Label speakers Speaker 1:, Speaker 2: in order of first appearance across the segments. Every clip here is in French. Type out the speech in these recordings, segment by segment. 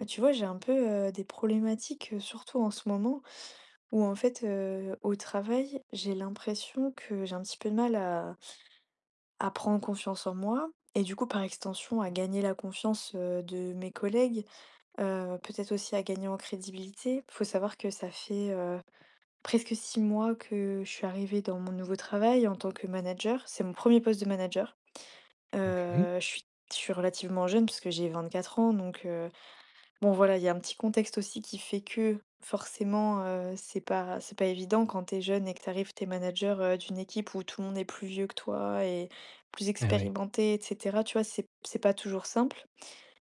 Speaker 1: Bah, tu vois, j'ai un peu, des problématiques, surtout en ce moment où en fait, au travail, j'ai l'impression que j'ai un petit peu de mal à prendre confiance en moi et du coup, par extension, à gagner la confiance, de mes collègues, peut-être aussi à gagner en crédibilité. Faut savoir que ça fait, presque 6 mois que je suis arrivée dans mon nouveau travail en tant que manager. C'est mon premier poste de manager.
Speaker 2: OK.
Speaker 1: Heu, je suis je suis relativement jeune parce que j'ai 24 ans donc bon voilà, il y a un petit contexte aussi qui fait que forcément, c'est pas évident quand t'es jeune et que t'es manager, d'une équipe où tout le monde est plus vieux que toi et plus
Speaker 2: Eh oui.
Speaker 1: expérimenté et cetera, tu vois? C'est pas toujours simple.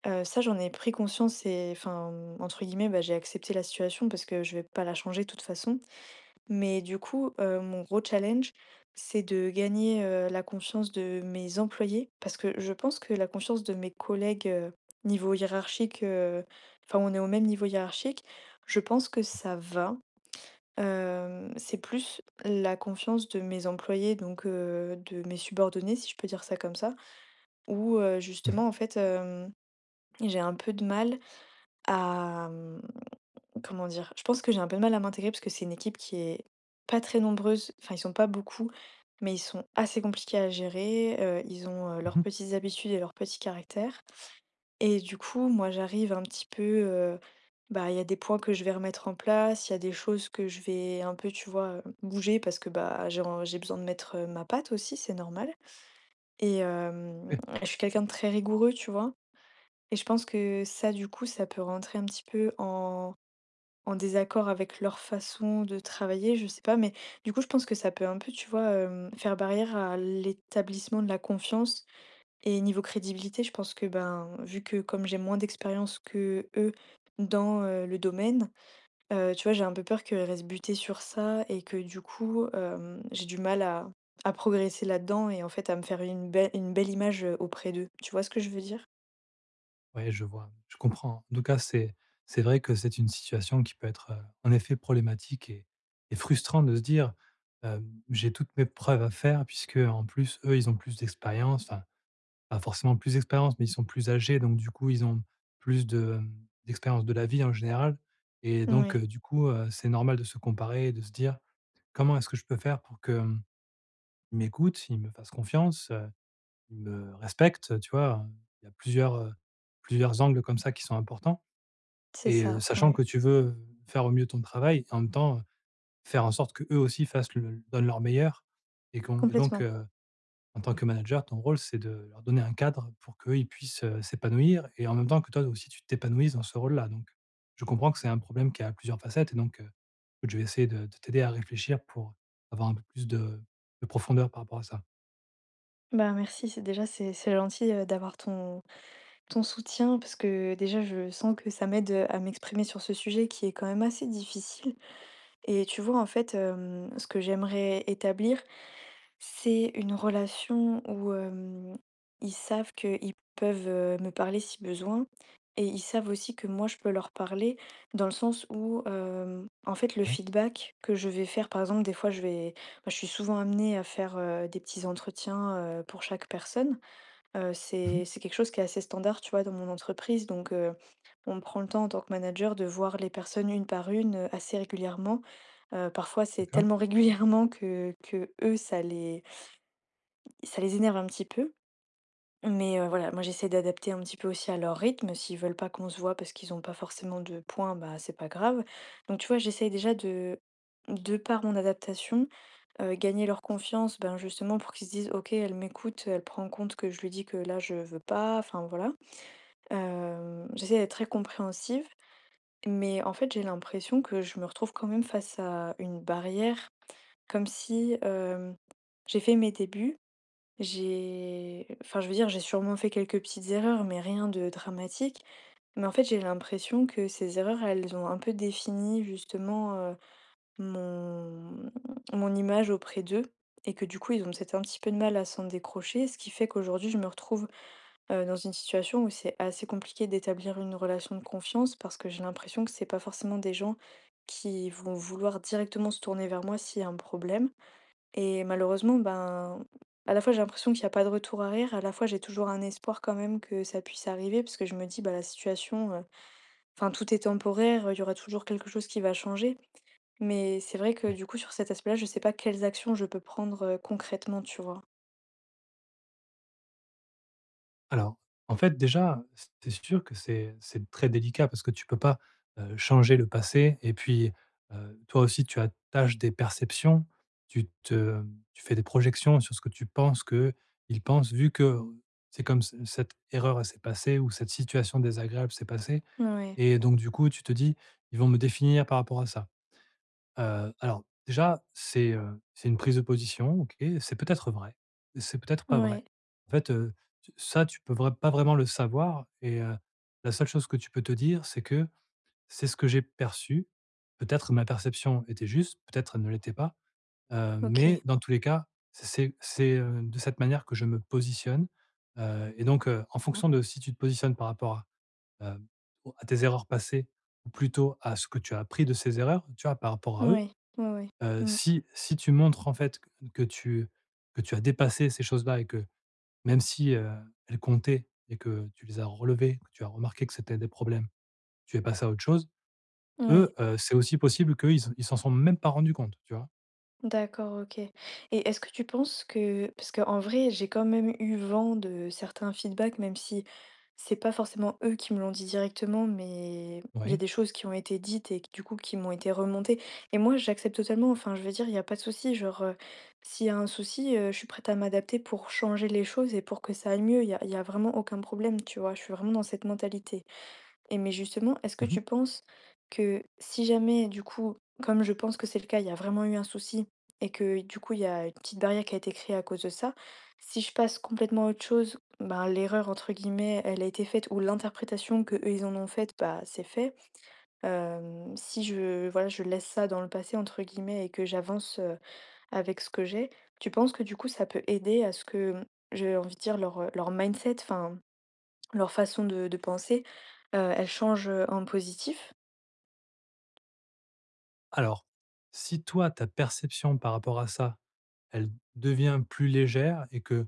Speaker 1: Ça, j'en ai pris conscience et enfin, entre guillemets, bah, «j'ai accepté la situation» parce que je vais pas la changer de toute façon. Mais du coup, mon gros challenge, c'est de gagner, la confiance de mes employés parce que je pense que la confiance de mes collègues, niveau hiérarchique, enfin, on est au même niveau hiérarchique, je pense que ça va. C'est plus la confiance de mes employés, donc de mes subordonnés, si je peux dire ça comme ça, où,
Speaker 2: Mmh mh.
Speaker 1: justement, en fait, j'ai un peu de mal à, mmh Comment dire? Je pense que j'ai un peu de mal à m'intégrer parce que c'est une équipe qui est pas très nombreuse, enfin ils sont pas beaucoup, mais ils sont assez compliqués à gérer, ils ont, leurs
Speaker 2: Mmh.
Speaker 1: petites habitudes et leurs petits caractères et du coup, moi j'arrive un petit peu, bah, il y a des points que je vais remettre en place, il y a des choses que je vais un peu, tu vois, bouger parce que, bah, j'ai besoin de mettre, ma patte aussi, c'est normal et
Speaker 2: Ouais.
Speaker 1: je suis quelqu'un de très rigoureux, tu vois? Et je pense que ça, du coup, ça peut rentrer un petit peu en désaccord avec leur façon de travailler, je sais pas, mais du coup, je pense que ça peut un peu, tu vois, faire barrière à l'établissement de la confiance et niveau crédibilité, je pense que, ben, vu que comme j'ai moins d'expérience que eux dans, le domaine, tu vois, j'ai un peu peur qu'ils restent butés sur ça et que du coup, j'ai du mal à progresser là-dedans et en fait à me faire une belle image, auprès d'eux. Tu vois ce que je veux dire?
Speaker 2: Ouais, je vois, je comprends. En tout cas, c'est vrai que c'est une situation qui peut être, en effet problématique et frustrant de se dire, hem: «J'ai toutes mes preuves à faire» puisque, en plus, eux, ils ont plus d'expérience, enfin, pas forcément plus d'expérience, mais ils sont plus âgés, donc du coup, ils ont plus de, d'expérience de la vie en général et donc
Speaker 1: Oui,
Speaker 2: du coup, c'est normal de se comparer et de se dire: «Comment est-ce que je peux faire pour que, ils m'écoutent, ils me fassent confiance?» Ils me respectent, tu vois? Il y a plusieurs, plusieurs angles comme ça qui sont importants
Speaker 1: c'est
Speaker 2: et
Speaker 1: ça,
Speaker 2: sachant
Speaker 1: ouais,
Speaker 2: que tu veux faire au mieux ton travail et en même temps, faire en sorte qu'eux aussi fassent le donnent leur meilleur et qu'on et donc
Speaker 1: complètement.
Speaker 2: en tant que manager, ton rôle, c'est de leur donner un cadre pour qu'eux, ils puissent, s'épanouir et en même temps que toi aussi, tu t'épanouisses dans ce rôle-là, donc je comprends que c'est un problème qui a plusieurs facettes et donc écoute, je vais essayer de t'aider à réfléchir pour avoir un peu plus de profondeur par rapport à ça.
Speaker 1: Bah, merci, c'est déjà c'est gentil, d'avoir ton soutien parce que déjà je sens que ça m'aide à m'exprimer sur ce sujet qui est quand même assez difficile. Et tu vois, en fait, ce que j'aimerais établir, c'est une relation où ils savent qu'ils peuvent me parler si besoin. Et ils savent aussi que moi, je peux leur parler dans le sens où, en fait, le
Speaker 2: Oui.
Speaker 1: feedback que je vais faire, par exemple, des fois, moi, je suis souvent amenée à faire des petits entretiens pour chaque personne. Heu,
Speaker 2: Mmh.
Speaker 1: c'est c'est quelque chose qui est assez standard, tu vois, dans mon entreprise donc on prend le temps en tant que manager de voir les personnes une par une, assez régulièrement. Parfois c'est
Speaker 2: D'accord.
Speaker 1: tellement régulièrement que eux ça les énerve un petit peu. Mais voilà, moi j'essaie d'adapter un petit peu aussi à leur rythme. S'ils veulent pas qu'on se voit parce qu'ils ont pas forcément de points bah, c'est pas grave. Donc tu vois, j'essaie déjà de par mon adaptation, gagner leur confiance, ben, justement pour qu'ils se disent: «OK, elle m'écoute, elle prend en compte que je lui dis que là je veux pas», enfin voilà. J'essaie d'être très compréhensive, mais en fait, j'ai l'impression que je me retrouve quand même face à une barrière, comme si j'ai fait mes débuts, j'ai, enfin, je veux dire, j'ai sûrement fait quelques petites erreurs, mais rien de dramatique. Mais en fait, j'ai l'impression que ces erreurs, elles ont un peu défini justement mon mon image auprès d'eux, et que du coup, ils ont peut-être un petit peu de mal à s'en décrocher, ce qui fait qu'aujourd'hui, je me retrouve dans une situation où c'est assez compliqué d'établir une relation de confiance parce que j'ai l'impression que c'est pas forcément des gens qui vont vouloir directement se tourner vers moi s'il y a un problème. Et malheureusement, ben, à la fois j'ai l'impression qu'il n'y a pas de retour arrière, à la fois j'ai toujours un espoir quand même que ça puisse arriver parce que je me dis, bah, la situation, enfin, tout est temporaire, il y aura toujours quelque chose qui va changer. Mais c'est vrai que
Speaker 2: Oui.
Speaker 1: du coup, sur cet aspect-là, je sais pas quelles actions je peux prendre concrètement, tu vois.
Speaker 2: Alors, en fait, déjà, c'est sûr que c'est très délicat parce que tu peux pas, changer le passé et puis, toi aussi tu attaches des perceptions. Tu te Tu fais des projections sur ce que tu penses que qu'ils pensent vu que c'est comme c cette erreur, elle s'est passée, ou cette situation désagréable s'est passée,
Speaker 1: Ouais,
Speaker 2: et donc du coup tu te dis: «Ils vont me définir par rapport à ça». Alors déjà, c'est une prise de position. OK, c'est peut-être vrai, c'est peut-être pas vrai.
Speaker 1: ouais,
Speaker 2: En fait, tu peux vra pas vraiment le savoir, et la seule chose que tu peux te dire, c'est que: «C'est ce que j'ai perçu». Peut-être ma perception était juste, peut-être elle ne l'était pas, mais
Speaker 1: ok,
Speaker 2: dans tous les cas, c'est de cette manière que je me positionne, et donc, en Mmh. fonction de si tu te positionnes par rapport heu, à tes erreurs passées ou plutôt à ce que tu as appris de ces erreurs, tu vois? Par rapport à eux,
Speaker 1: ouais, ouais, ouais. Mm,
Speaker 2: Si tu montres en fait que tu as dépassé ces choses-là et que, même si, elles comptaient et que tu les as relevées, que tu as remarqué que c'était des problèmes, tu es passé à autre chose, eux,
Speaker 1: ouais.
Speaker 2: c'est aussi possible qu'eux, ils s'en sont même pas rendus compte, tu vois?
Speaker 1: D'accord, OK. Et est-ce que tu penses que parce qu'en vrai, j'ai quand même eu vent de certains feedbacks, même si c'est pas forcément eux qui me l'ont dit directement, mais il y a
Speaker 2: Oui.
Speaker 1: des choses qui ont été dites et qui, du coup qui m'ont été remontées. Et moi, j'accepte totalement, enfin, je veux dire, il y a pas de souci. Genre, s'il y a un souci, je suis prête à m'adapter pour changer les choses et pour que ça aille mieux. Il y a vraiment aucun problème, tu vois? Je suis vraiment dans cette mentalité. Et mais justement, est-ce que
Speaker 2: Mmh.
Speaker 1: tu penses que si jamais, du coup, comme je pense que c'est le cas, il y a vraiment eu un souci et que du coup, il y a une petite barrière qui a été créée à cause de ça, si je passe complètement à autre chose, ben, l'erreur, entre guillemets, elle a été faite ou l'interprétation que eux, ils en ont faite, bah, c'est fait. Si je, voilà, je laisse ça dans le passé, entre guillemets, et que j'avance avec ce que j'ai, tu penses que du coup, ça peut aider à ce que, j'ai envie de dire, leur mindset, enfin, leur façon de penser, elle change, en positif?
Speaker 2: Alors, si toi, ta perception par rapport à ça, elle devient plus légère, et que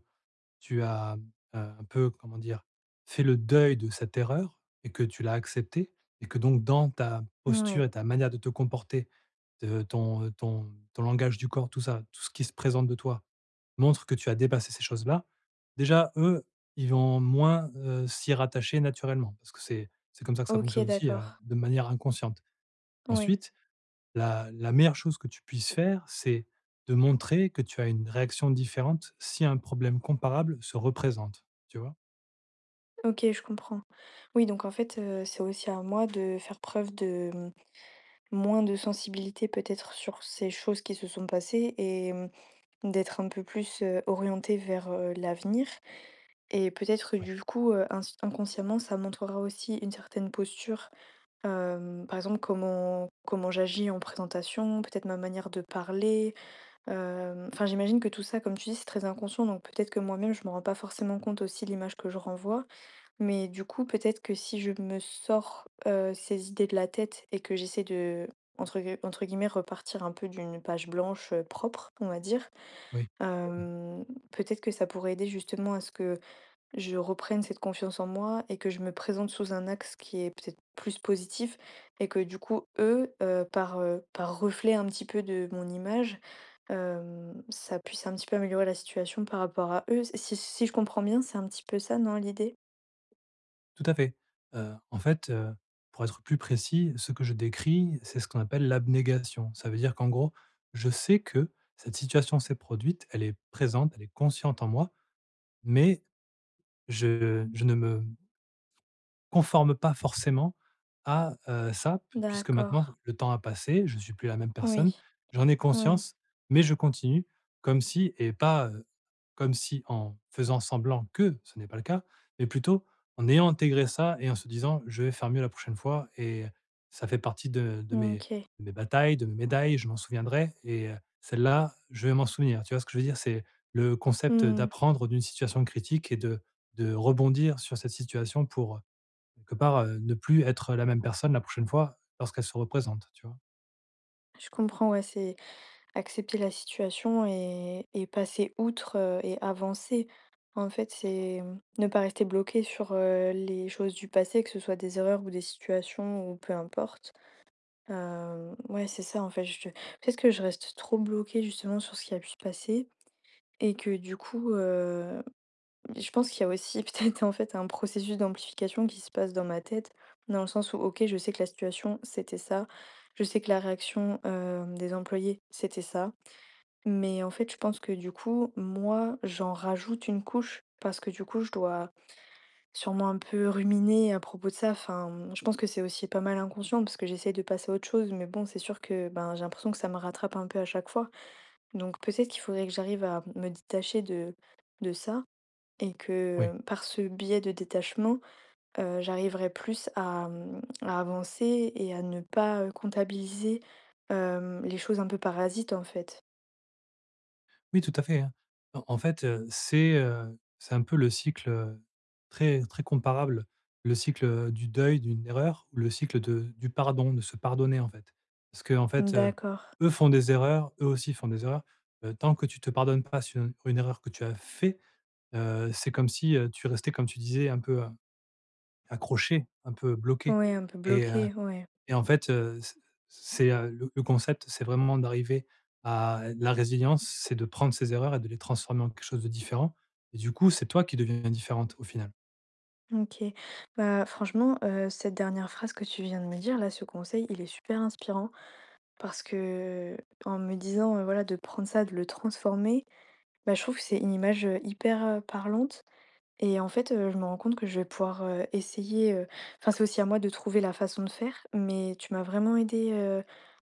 Speaker 2: tu as, un peu, comment dire, fait le deuil de cette erreur et que tu l'as acceptée, et que donc dans ta posture et
Speaker 1: Ouais.
Speaker 2: ta manière de te comporter, de ton, ton langage du corps, tout ça, tout ce qui se présente de toi montre que tu as dépassé ces choses-là. Déjà, eux, ils vont moins, s'y rattacher naturellement, parce que c'est comme ça que ça
Speaker 1: OK,
Speaker 2: fonctionne aussi,
Speaker 1: d'accord.
Speaker 2: de manière inconsciente.
Speaker 1: Oui.
Speaker 2: Ensuite, la meilleure chose que tu puisses faire, c'est de montrer que tu as une réaction différente si un problème comparable se représente, tu vois?
Speaker 1: OK, je comprends. Oui, donc en fait, c'est aussi à moi de faire preuve de, moins de sensibilité peut-être sur ces choses qui se sont passées et d'être un peu plus, orientée vers, l'avenir et peut-être que
Speaker 2: Oui,
Speaker 1: du coup, ins inconsciemment, ça montrera aussi une certaine posture, par exemple comment j'agis en présentation, peut-être ma manière de parler, enfin, j'imagine que tout ça, comme tu dis, c'est très inconscient, donc peut-être que moi-même, je me rends pas forcément compte aussi de l'image que je renvoie. Mais du coup, peut-être que si je me sors, ces idées de la tête et que j'essaie de, entre guillemets, «repartir un peu d'une page blanche, propre», on va dire,
Speaker 2: oui, mmh,
Speaker 1: hem, peut-être que ça pourrait aider justement à ce que je reprenne cette confiance en moi et que je me présente sous un axe qui est peut-être plus positif et que du coup, eux, par reflet un petit peu de mon image, ça puisse un petit peu améliorer la situation par rapport à eux. Si je comprends bien, c'est un petit peu ça, non, l'idée?
Speaker 2: tout à fait. En fait, pour être plus précis, ce que je décris, c'est ce qu'on appelle l'abnégation. Ça veut dire qu'en gros, je sais que cette situation s'est produite, elle est présente, elle est consciente en moi, mais je ne me conforme pas forcément à, ça, p puisque
Speaker 1: D'accord.
Speaker 2: maintenant le temps a passé, je suis plus la même personne.
Speaker 1: Oui,
Speaker 2: J'en ai
Speaker 1: oui,
Speaker 2: conscience, mais je continue comme si, et pas, comme si en faisant semblant que ce n'est pas le cas, mais plutôt en ayant intégré ça et en se disant: «Je vais faire mieux la prochaine fois», et ça fait partie de mes
Speaker 1: ok.
Speaker 2: batailles, de mes médailles, je m'en souviendrai, et celle-là, je vais m'en souvenir. Tu vois ce que je veux dire? C'est le concept
Speaker 1: Hmm.
Speaker 2: d'apprendre d'une situation critique et de rebondir sur cette situation pour, quelque part, ne plus être la même personne la prochaine fois lorsqu'elle se représente, tu vois?
Speaker 1: Je comprends, ouais, c'est... Accepter la situation et passer outre, et avancer. En fait, c'est ne pas rester bloqué sur, les choses du passé, que ce soit des erreurs ou des situations ou peu importe. Ouais, c'est ça, en fait, je peut-être que je reste trop bloquée justement sur ce qui a pu se passer et que du coup, je pense qu'il y a aussi peut-être, en fait, un processus d'amplification qui se passe dans ma tête, dans le sens où OK, je sais que la situation, c'était ça. Je sais que la réaction, des employés, c'était ça. Mais en fait, je pense que du coup, moi, j'en rajoute une couche parce que du coup, je dois sûrement un peu ruminer à propos de ça. Enfin, je pense que c'est aussi pas mal inconscient parce que j'essaie de passer à autre chose. Mais bon, c'est sûr que ben, j'ai l'impression que ça me rattrape un peu à chaque fois. Donc peut-être qu'il faudrait que j'arrive à me détacher de ça et que
Speaker 2: Oui,
Speaker 1: par ce biais de détachement, j'arriverai plus à avancer et à ne pas comptabiliser les choses un peu parasites en fait.
Speaker 2: oui, tout à fait, hein. En fait, c'est un peu le cycle, très très comparable, le cycle, du deuil d'une erreur, ou le cycle de du pardon, de se pardonner, en fait. Parce que en fait,
Speaker 1: D'accord.
Speaker 2: eux font des erreurs, eux aussi font des erreurs. Tant que tu te pardonnes pas sur une erreur que tu as fait, c'est comme si, tu restais, comme tu disais, un peu, accroché, un peu bloqué,
Speaker 1: Ouais, un peu
Speaker 2: et heu
Speaker 1: bloqué, ouais.
Speaker 2: et en fait, c'est, le concept, c'est vraiment d'arriver à la résilience, c'est de prendre ses erreurs et de les transformer en quelque chose de différent, et du coup, c'est toi qui deviens différente au final.
Speaker 1: OK. Bah, franchement, cette dernière phrase que tu viens de me dire là, ce conseil, il est super inspirant parce que, en me disant, voilà, de prendre ça, de le transformer, bah, je trouve que c'est une image, hyper, parlante et en fait, je me rends compte que je vais pouvoir, essayer, enfin, c'est aussi à moi de trouver la façon de faire, mais tu m'as vraiment aidé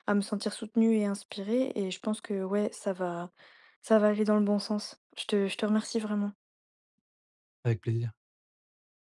Speaker 1: à me sentir soutenue et inspirée et je pense que, ouais, ça va aller dans le bon sens. Je te remercie vraiment.
Speaker 2: Avec plaisir.